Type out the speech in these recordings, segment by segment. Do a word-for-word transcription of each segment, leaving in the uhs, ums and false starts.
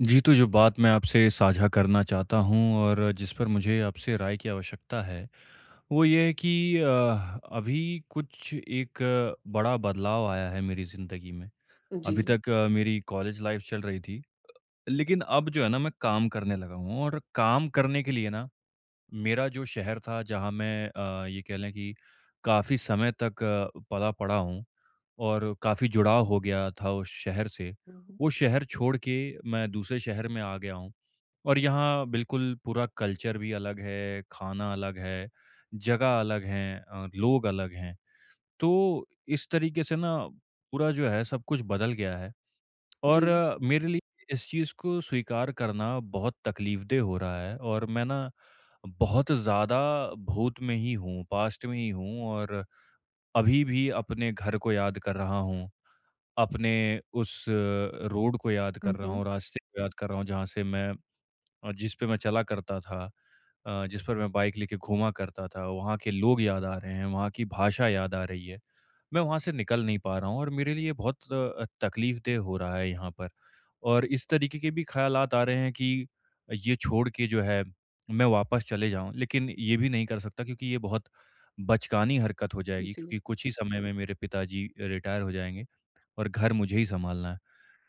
जी, तो जो बात मैं आपसे साझा करना चाहता हूँ और जिस पर मुझे आपसे राय की आवश्यकता है, वो ये है कि अ, अभी कुछ एक अ, बड़ा बदलाव आया है मेरी ज़िंदगी में। जी। अभी तक अ, मेरी कॉलेज लाइफ़ चल रही थी, लेकिन अब जो है ना मैं काम करने लगा हूँ और काम करने के लिए ना मेरा जो शहर था जहाँ मैं अ, ये कह लें कि काफ़ी समय तक अ, पला पड़ा हूँ और काफ़ी जुड़ाव हो गया था उस शहर से। हुँ, हुँ। वो शहर छोड़ के मैं दूसरे शहर में आ गया हूँ और यहाँ बिल्कुल पूरा कल्चर भी अलग है, खाना अलग है, जगह अलग हैं अ, लोग अलग हैं। तो इस तरीके से ना पूरा जो है सब कुछ बदल गया है और जी। अ, मेरे लिए इस चीज़ को स्वीकार करना बहुत तकलीफ़देह हो रहा है और मैं ना बहुत ज़्यादा भूत में ही हूँ, पास्ट में ही हूँ और अभी भी अपने घर को याद कर रहा हूँ। अपने उस रोड को याद हुँ, कर रहा हुँ। हूँ, रास्ते को याद कर रहा हूँ, जहाँ से मैं और जिस पे मैं चला करता था, अ, जिस पर मैं बाइक लेके घूमा करता था, वहाँ के लोग याद आ रहे हैं, वहाँ की भाषा याद आ रही है। मैं वहाँ से निकल नहीं पा रहा हूँ और मेरे लिए बहुत अ, तकलीफ़देह हो रहा है यहाँ पर। और इस तरीके के भी ख़्यालात आ रहे हैं कि ये छोड़ के जो है मैं वापस चले जाऊँ, लेकिन ये भी नहीं कर सकता क्योंकि ये बहुत बचकानी हरकत हो जाएगी जी। क्योंकि कुछ ही समय में मेरे पिताजी रिटायर हो जाएँगे और घर मुझे ही सँभालना है।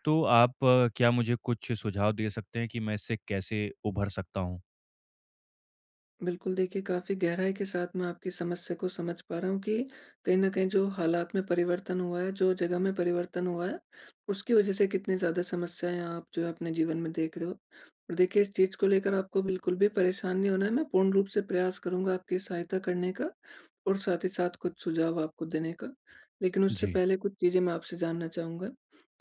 तो आप अ, क्या मुझे कुछ सुझाव दे सकते हैं कि मैं इससे कैसे उभर सकता हूँ? बिल्कुल देखिए, काफ़ी गहराई के साथ मैं आपकी समस्या को समझ पा रहा हूँ कि कहीं न कहीं जो हालात में परिवर्तन हुआ है, जो जगह में परिवर्तन हुआ है, उसकी वज़ह से कितनी ज़्यादा समस्याएँ आप जो है अपने जीवन में देख रहे हो। और देखिए, इस चीज़ को लेकर आपको बिल्कुल भी परेशान नहीं होना है, मैं पूर्ण रूप से प्रयास करूँगा आपकी सहायता करने का। और साथ ही साथ कुछ सुझाव आपको देने का। लेकिन उससे जी। पहले कुछ चीज़ें मैं आपसे जानना चाहूँगा।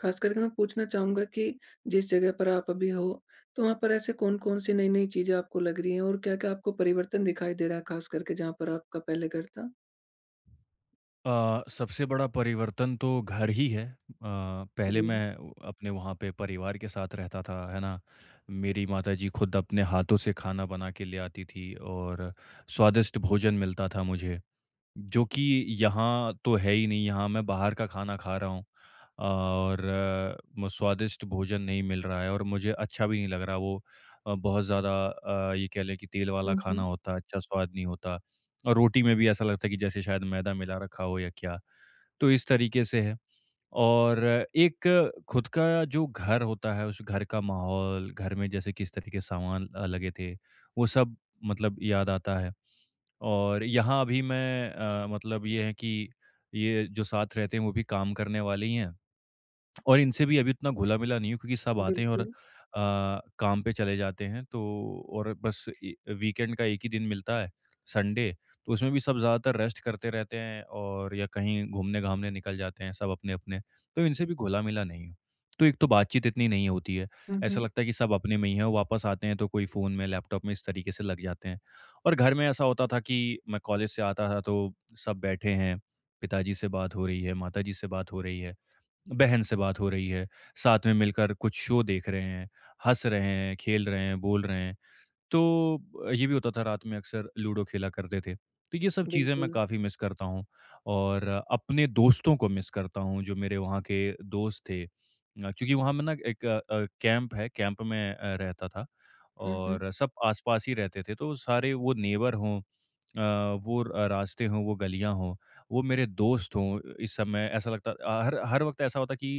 ख़ास करके मैं पूछना चाहूँगा कि जिस जगह पर आप अभी हो, तो वहाँ पर ऐसे कौन-कौन सी नई-नई चीज़ें आपको लग रही हैं और क्या-क्या आपको परिवर्तन दिखाई दे रहा है, ख़ास करके जहाँ पर आपका पहले घर था? अ, सबसे बड़ा परिवर्तन तो घर ही है। अ, पहले जी। मैं उ अपने वहाँ पे परिवार के साथ रहता था, है ना? मेरी माताजी खुद अपने हाथों से खाना बना के ले आती थी और स्वादिष्ट भोजन मिलता था मुझे। जो कि यहाँ तो है ही नहीं, यहाँ मैं बाहर का खाना खा रहा हूँ और अ, म स्वादिष्ट भोजन नहीं मिल रहा है और मुझे अच्छा भी नहीं लग रहा वो अ, बहुत ज़्यादा अ, ये कह लें कि तेल वाला हुँ, खाना हुँ। होता है, अच्छा स्वाद नहीं होता और रोटी में भी ऐसा लगता है कि जैसे शायद मैदा मिला रखा हो या क्या। तो इस तरीके से है और एक खुद का जो घर होता है, उस घर का माहौल, घर में जैसे किस तरह के सामान अ, लगे थे, वो सब मतलब याद आता है। और यहाँ अभी मैं अ, मतलब ये है कि ये जो साथ रहते हैं वो भी काम करने वाले ही हैं और इनसे भी अभी उतना घुला-मिला नहीं हूँ क्योंकि सब आते हैं और अ, बिल्कुल। काम पे चले जाते हैं तो और बस इ वीकेंड का एक ही दिन मिलता है, संडे, तो उसमें भी सब ज़्यादातर रेस्ट करते रहते हैं और या कहीं घूमने-घामने निकल जाते हैं सब अपने-अपने, तो इनसे भी घुला-मिला नहीं हूँ। तो एक तो बातचीत इतनी नहीं होती है, हुँ, ऐसा हुँ। लगता है कि सब अपने में ही हैं, वापस आते हैं तो कोई फ़ोन में, लैपटॉप में इस तरीके से लग जाते हैं। और घर में ऐसा होता था कि मैं कॉलेज से आता था तो सब बैठे हैं, पिताजी से बात हो रही है, माताजी से बात हो रही है, बहन से बात हो रही है, साथ में मिलकर कुछ शो देख रहे हैं, हँस रहे हैं, खेल रहे हैं, बोल रहे हैं। तो अ, ये भी होता था रात में अक्सर लूडो खेला करते थे। तो ये सब चीज़ें मैं बिल्कुल। काफ़ी मिस करता हूँ और अपने दोस्तों को मिस करता हूँ जो मेरे वहाँ के दोस्त थे। अ, क्योंकि वहाँ मैं ना एक अ, अ, कैंप है, कैंप में अ, रहता था हुँ, हुँ। और सब आस-पास ही रहते थे तो सारे वो नेबर हों, अ, वो अ, रास्ते हों, वो गलियाँ हों, वो मेरे दोस्त हों। इस समय ऐसा लगता अ, हर हर वक़्त ऐसा होता कि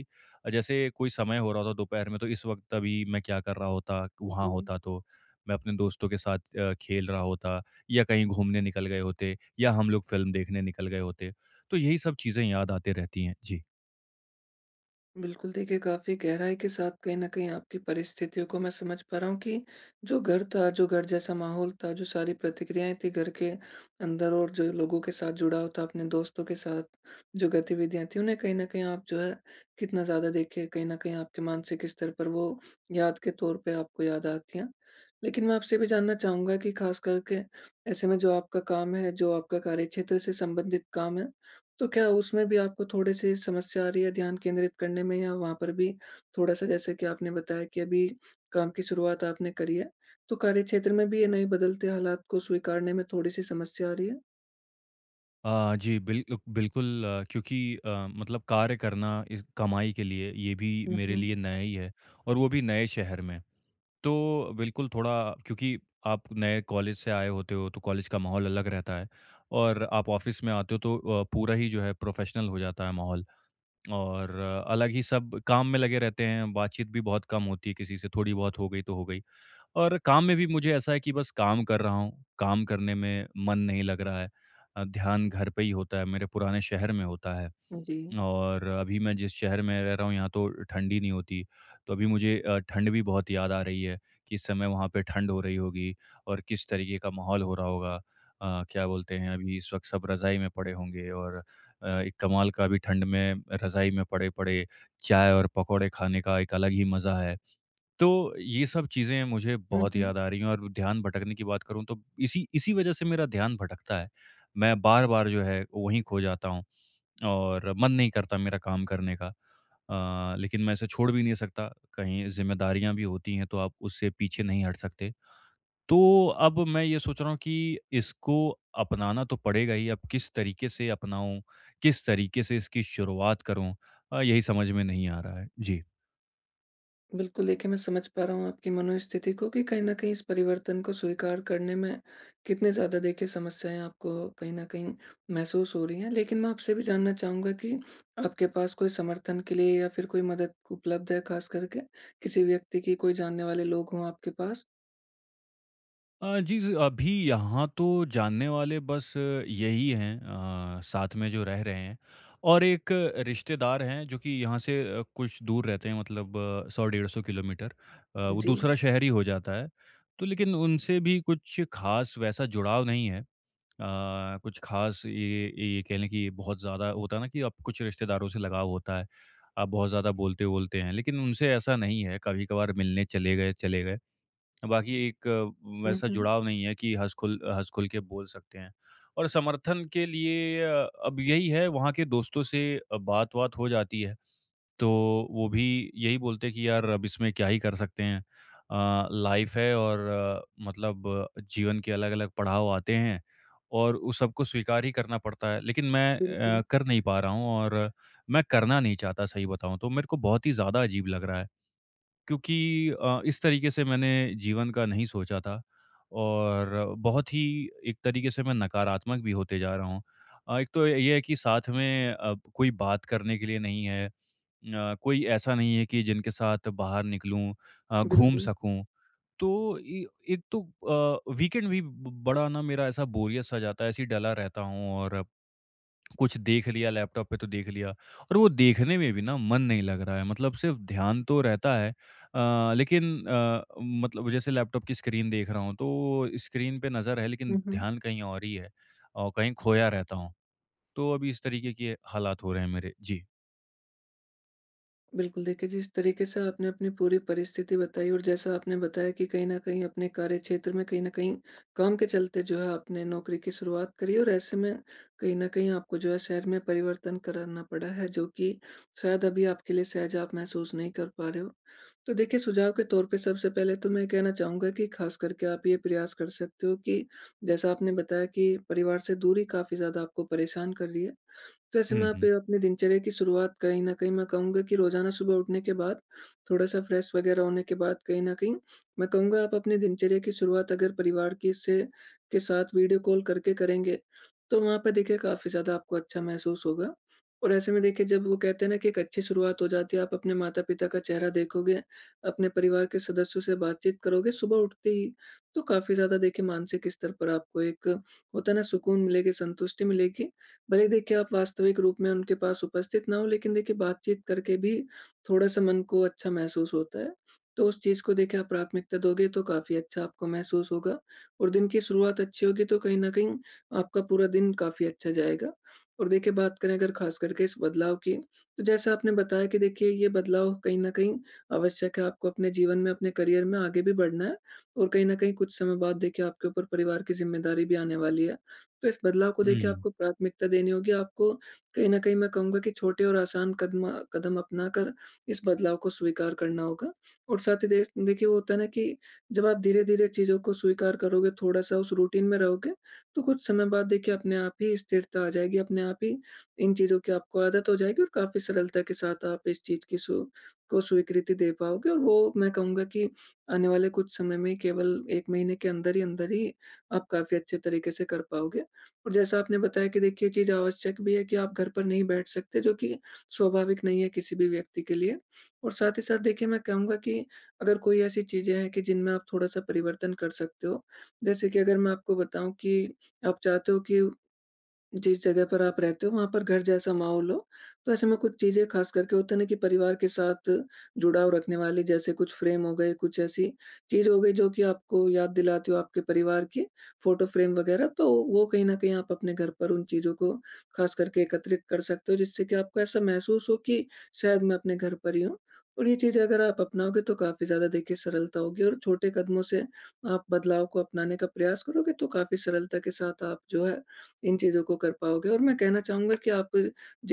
जैसे कोई समय हो रहा होता दोपहर में तो इस वक़्त अभी मैं क्या कर रहा होता, वहाँ जी। होता तो। मैं अपने दोस्तों के साथ अ, खेल रहा होता या कहीं घूमने निकल गए होते या हम लोग फ़िल्म देखने निकल गए होते। तो यही सब चीज़ें याद आते रहती हैं। जी। बिल्कुल, देखिए काफ़ी गहराई के साथ कहीं न कहीं आपकी परिस्थितियों को मैं समझ पा रहा हूँ कि जो घर था, जो घर जैसा माहौल था, जो सारी प्रतिक्रियाएँ थी घर के अंदर, और जो लोगों के साथ जुड़ाव था, अपने दोस्तों के साथ जो गतिविधियाँ थी, उन्हें कहीं न कहीं आप जो है कितना ज़्यादा देखिए कहीं न कहीं आपके मानसिक स्तर पर वो याद के तौर पे आपको याद आती हैं। लेकिन मैं आपसे भी जानना चाहूँगा कि ख़ास करके ऐसे में जो आपका काम है, जो आपका कार्यक्षेत्र से संबंधित काम है, तो क्या उसमें भी आपको थोड़े-से समस्या आ रही है ध्यान केंद्रित करने में, या वहाँ पर भी थोड़ा-सा, जैसे कि आपने बताया कि अभी काम की शुरुआत आपने करी है, तो कार्यक्षेत्र में भी ये नए बदलते हालात को स्वीकारने में थोड़ी-सी समस्या आ रही है? अ, जी, बिल बिल्कुल। अ, क्योंकि अ, मतलब कार्य करना इस कमाई के लिए ये भी हुँ, मेरे हुँ। लिए नया ही है और वो भी नए शहर में। तो बिल्कुल थोड़ा क्योंकि आप नए कॉलेज से आए होते हो तो कॉलेज का माहौल अलग रहता है और आप ऑफ़िस में आते हो तो अ, पूरा ही जो है प्रोफ़ेशनल हो जाता है माहौल। और अलग ही सब काम में लगे रहते हैं, बातचीत भी बहुत कम होती है किसी से, थोड़ी बहुत हो गई तो हो गई। और काम में भी मुझे ऐसा है कि बस काम कर रहा हूँ, काम करने में मन नहीं लग रहा है। अ, ध्यान घर पे ही होता है, मेरे पुराने शहर में होता है। जी। और अभी मैं जिस शहर में रह रहा हूँ यहाँ तो ठंडी नहीं होती तो अभी मुझे अ, ठंड भी बहुत याद आ रही है कि इस समय वहाँ पे ठंड हो रही होगी और किस तरीके का माहौल हो रहा होगा, अ, क्या बोलते हैं अभी इस वक्त सब रज़ाई में पड़े होंगे और अ, एक कमाल का अभी ठंड में रज़ाई में पड़े पड़े चाय और पकौड़े खाने का एक अलग ही मज़ा है। तो ये सब चीज़ें मुझे हुँ, बहुत हुँ। याद आ रही हैं और ध्यान भटकने की बात करूँ तो इसी इसी वजह से मेरा ध्यान भटकता है, मैं बार बार जो है वहीं खो जाता हूँ और मन नहीं करता मेरा काम करने का। अ, लेकिन मैं इसे छोड़ भी नहीं सकता, कहीं ज़िम्मेदारियाँ भी होती हैं, तो आप उससे पीछे नहीं हट सकते। तो अब मैं ये सोच रहा हूँ कि इसको अपनाना तो पड़ेगा ही, अब किस तरीके से अपनाऊँ, किस तरीके से इसकी शुरुआत करूँ, अ, यही समझ में नहीं आ रहा है। जी। बिल्कुल, देखिए मैं समझ पा रहा हूँ आपकी मनोस्थिति को कि कहीं न कहीं इस परिवर्तन को स्वीकार करने में कितने ज़्यादा देखिए समस्याएँ आपको कहीं न कहीं महसूस हो रही हैं। लेकिन मैं आपसे भी जानना चाहूँगा कि आपके पास कोई समर्थन के लिए या फिर कोई मदद उपलब्ध है ख़ास करके? किसी व्यक्ति की, कोई जानने वाले लोग हों आपके पास? अ, जी, ज़ अभी यहाँ तो जानने वाले बस अ, यही हैं अ, साथ में जो रह रहे हैं और एक अ, रिश्तेदार हैं जो कि यहाँ से अ, कुछ दूर रहते हैं मतलब सौ डेढ़ सौ किलोमीटर, अ, वो जी। दूसरा शहर ही हो जाता है। तो लेकिन उनसे भी कुछ ख़ास वैसा जुड़ाव नहीं है। अ, कुछ ख़ास ये ये कह लें कि बहुत ज़्यादा होता है ना कि अब कुछ रिश्तेदारों से लगाव होता है। आप बहुत ज़्यादा बोलते-वोलते हैं, लेकिन उनसे ऐसा नहीं है, कभी-कभार मिलने चले गए, चले गए। बाकी एक अ, हुँ, वैसा हुँ। जुड़ाव नहीं है कि हँस-खुल हँस-खुल के बोल सकते हैं। और समर्थन के लिए अ, अब यही है वहाँ के दोस्तों से अ, बात-वात हो जाती है, तो वो भी यही बोलते हैं कि यार अब इसमें क्या ही कर सकते हैं। अ, लाइफ़ है और अ, मतलब अ, जीवन के अलग-अलग पड़ाव आते हैं और उस सबको स्वीकार ही करना पड़ता है। लेकिन मैं अ, बिल्कुल, कर नहीं पा रहा हूँ और मैं करना नहीं चाहता सही बताऊँ तो, मेरे को बहुत ही ज़्यादा अजीब लग रहा है। क्योंकि अ, इस तरीके से मैंने जीवन का नहीं सोचा था और बहुत ही एक तरीके से मैं नकारात्मक भी होते जा रहा हूँ। अ, एक तो ये है कि साथ में अब कोई बात करने के लिए नहीं है, अ, कोई ऐसा नहीं है कि जिनके साथ बाहर निकलूँ, अ, घूम बिल्कुल। सकूँ। तो ए एक तो अ, वीकेंड भी ब बड़ा ना मेरा ऐसा बोरियत सा जाता है, ऐसे ही डला रहता हूँ और कुछ देख लिया लैपटॉप पे तो देख लिया और वो देखने में भी ना मन नहीं लग रहा है, मतलब सिर्फ ध्यान तो रहता है अ, लेकिन अ, मतलब जैसे लैपटॉप की स्क्रीन देख रहा हूँ तो स्क्रीन पे नज़र है लेकिन हुँ, हुँ। ध्यान कहीं और ही है और कहीं खोया रहता हूँ। तो अभी इस तरीके के हालात हो रहे हैं मेरे। जी। बिल्कुल, देखिए जिस तरीके से आपने अपनी पूरी परिस्थिति बताई, और जैसा आपने बताया कि कहीं न कहीं अपने कार्यक्षेत्र में, कहीं न कहीं काम के चलते जो है आपने नौकरी की शुरुआत करी और ऐसे में कहीं न कहीं आपको जो है शहर में परिवर्तन करना पड़ा है, जो कि शायद अभी आपके लिए सहज आप महसूस नहीं कर पा रहे हो। तो देखिए, सुझाव के तौर पे सबसे पहले तो मैं कहना चाहूँगा कि ख़ास करके आप ये प्रयास कर सकते हो कि, जैसा आपने बताया कि परिवार से दूरी काफ़ी ज़्यादा आपको परेशान कर रही है, तो ऐसे में आप हम्म। ये अपनी दिनचर्या की शुरुआत, कहीं न कहीं मैं कहूँगा कि रोज़ाना सुबह उठने के बाद, थोड़ा-सा फ्रेश वगैरह होने के बाद, कहीं न कहीं, मैं कहूँगा आप अपनी दिनचर्या की शुरुआत अगर परिवार के से के साथ वीडियो कॉल करके करेंगे, तो वहाँ पे देखिए काफ़ी ज़्यादा आपको अच्छा महसूस होगा। और ऐसे में देखिए, जब वो कहते हैं ना कि एक अच्छी शुरुआत हो जाती है, आप अपने माता-पिता का चेहरा देखोगे, अपने परिवार के सदस्यों से बातचीत करोगे सुबह उठते ही, तो काफ़ी ज़्यादा देखिए मानसिक स्तर पर आपको एक, होता है ना, सुकून मिलेगी, संतुष्टि मिलेगी, भले देखिए आप वास्तविक रूप में उनके पास उपस्थित ना हो, लेकिन देखिए बातचीत करके भी थोड़ा-सा मन को अच्छा महसूस होता है। तो उस चीज़ को देखिए आप प्राथमिकता दोगे तो काफ़ी अच्छा आपको महसूस होगा, और दिन की शुरुआत अच्छी होगी तो कहीं न कहीं आपका पूरा दिन काफ़ी अच्छा जाएगा। और देखिए, बात करें अगर ख़ास करके इस बदलाव की, तो जैसा आपने बताया कि देखिए ये बदलाव कहीं न कहीं आवश्यक है, आपको अपने जीवन में, अपने करियर में आगे भी बढ़ना है और कहीं न कहीं कुछ समय बाद देखिए आपके ऊपर परिवार की ज़िम्मेदारी भी आने वाली है। तो इस बदलाव को देखिए हम्म। आपको प्राथमिकता देनी होगी। आपको कहीं न कहीं मैं कहूँगा कि छोटे और आसान कदम कदम अपनाकर इस बदलाव को स्वीकार करना होगा। और साथ ही देस देखिए, वो होता है ना कि जब आप धीरे-धीरे चीज़ों को स्वीकार करोगे, थोड़ा-सा उस रूटीन में रहोगे, तो कुछ समय बाद देखिए अपने आप ही स्थिरता आ जाएगी, अपने आप ही इन चीज़ों की आपको आदत हो जाएगी और काफ़ी सरलता के साथ आप इस चीज़ की सु को स्वीकृति दे पाओगे, और वो मैं कहूँगा कि आने वाले कुछ समय में, केवल एक महीने के अंदर ही अंदर ही, आप काफ़ी अच्छे तरीके से कर पाओगे। और जैसा आपने बताया कि देखिए चीज़ आवश्यक भी है कि आप घर पर नहीं बैठ सकते, जो कि स्वाभाविक नहीं है किसी भी व्यक्ति के लिए। और साथ ही साथ देखिए मैं कहूँगा कि अगर कोई ऐसी चीज़ें हैं कि जिनमें आप थोड़ा-सा परिवर्तन कर सकते हो, जैसे कि अगर मैं आपको बताऊँ कि आप चाहते हो कि जिस जगह पर आप रहते हो वहाँ पर घर जैसा माहौल हो, तो ऐसे में कुछ चीज़ें ख़ास करके, होता है ना, कि परिवार के साथ जुड़ाव रखने वाली, जैसे कुछ फ्रेम हो गए, कुछ ऐसी चीज़ हो गई जो कि आपको याद दिलाती हो आपके परिवार की, फ़ोटो फ्रेम वग़ैरह, तो वो कहीं न कहीं आप अपने घर पर उन चीज़ों को ख़ास करके एकत्रित कर सकते हो, जिससे कि आपको ऐसा महसूस हो कि शायद मैं अपने घर पर ही हूँ। और ये चीज़ें अगर आप अपनाओगे तो काफ़ी ज़्यादा देखिए सरलता होगी, और छोटे कदमों से आप बदलाव को अपनाने का प्रयास करोगे तो काफ़ी सरलता के साथ आप जो है इन चीज़ों को कर पाओगे। और मैं कहना चाहूँगा कि आप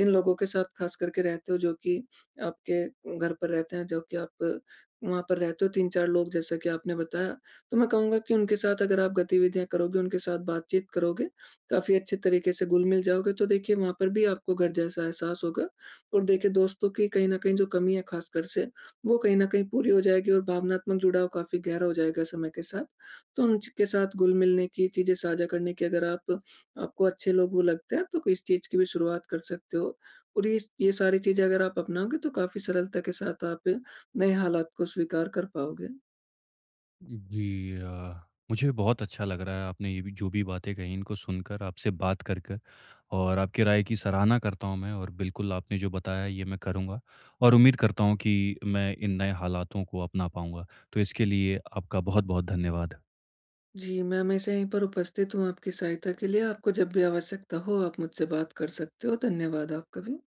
जिन लोगों के साथ खास करके रहते हो, जो कि आपके घर पर रहते हैं, जो कि आप वहाँ पर रहते हो, तीन चार लोग जैसा कि आपने बताया, तो मैं कहूँगा कि उनके साथ अगर आप गतिविधियाँ करोगे, उनके साथ बातचीत करोगे, काफ़ी अच्छे तरीके से घुल-मिल जाओगे, तो देखिए वहाँ पर भी आपको घर जैसा एहसास होगा और देखिए दोस्तों की कहीं न कहीं जो कमी है खासकर से, वो कहीं न कहीं पूरी हो जाएगी और भावनात्मक जुड़ाव काफ़ी गहरा हो जाएगा समय के साथ। तो उनके साथ घुल-मिलने की, चीज़ें साझा करने की, अगर आप, आपको अच्छे लोग वो लगते हैं, तो इस चीज़ की भी शुरुआत कर सकते हो। और ये स ये सारी चीज़ें अगर आप अपनाओगे तो काफ़ी सरलता के साथ आप नए हालात को स्वीकार कर पाओगे। जी, अ, मुझे बहुत अच्छा लग रहा है आपने ये भी जो भी बातें कही इनको सुनकर, आपसे बात कर कर और आपकी राय की सराहना करता हूँ मैं और बिल्कुल आपने जो बताया ये मैं करूँगा और उम्मीद करता हूँ कि मैं इन नए हालातों को अपना पाऊँगा। तो इसके लिए आपका बहुत-बहुत धन्यवाद। जी, मैं हमेशा यहीं पर उपस्थित हूँ आपकी सहायता के लिए। आपको जब भी आवश्यकता हो आप मुझसे बात कर सकते हो। धन्यवाद आपका भी।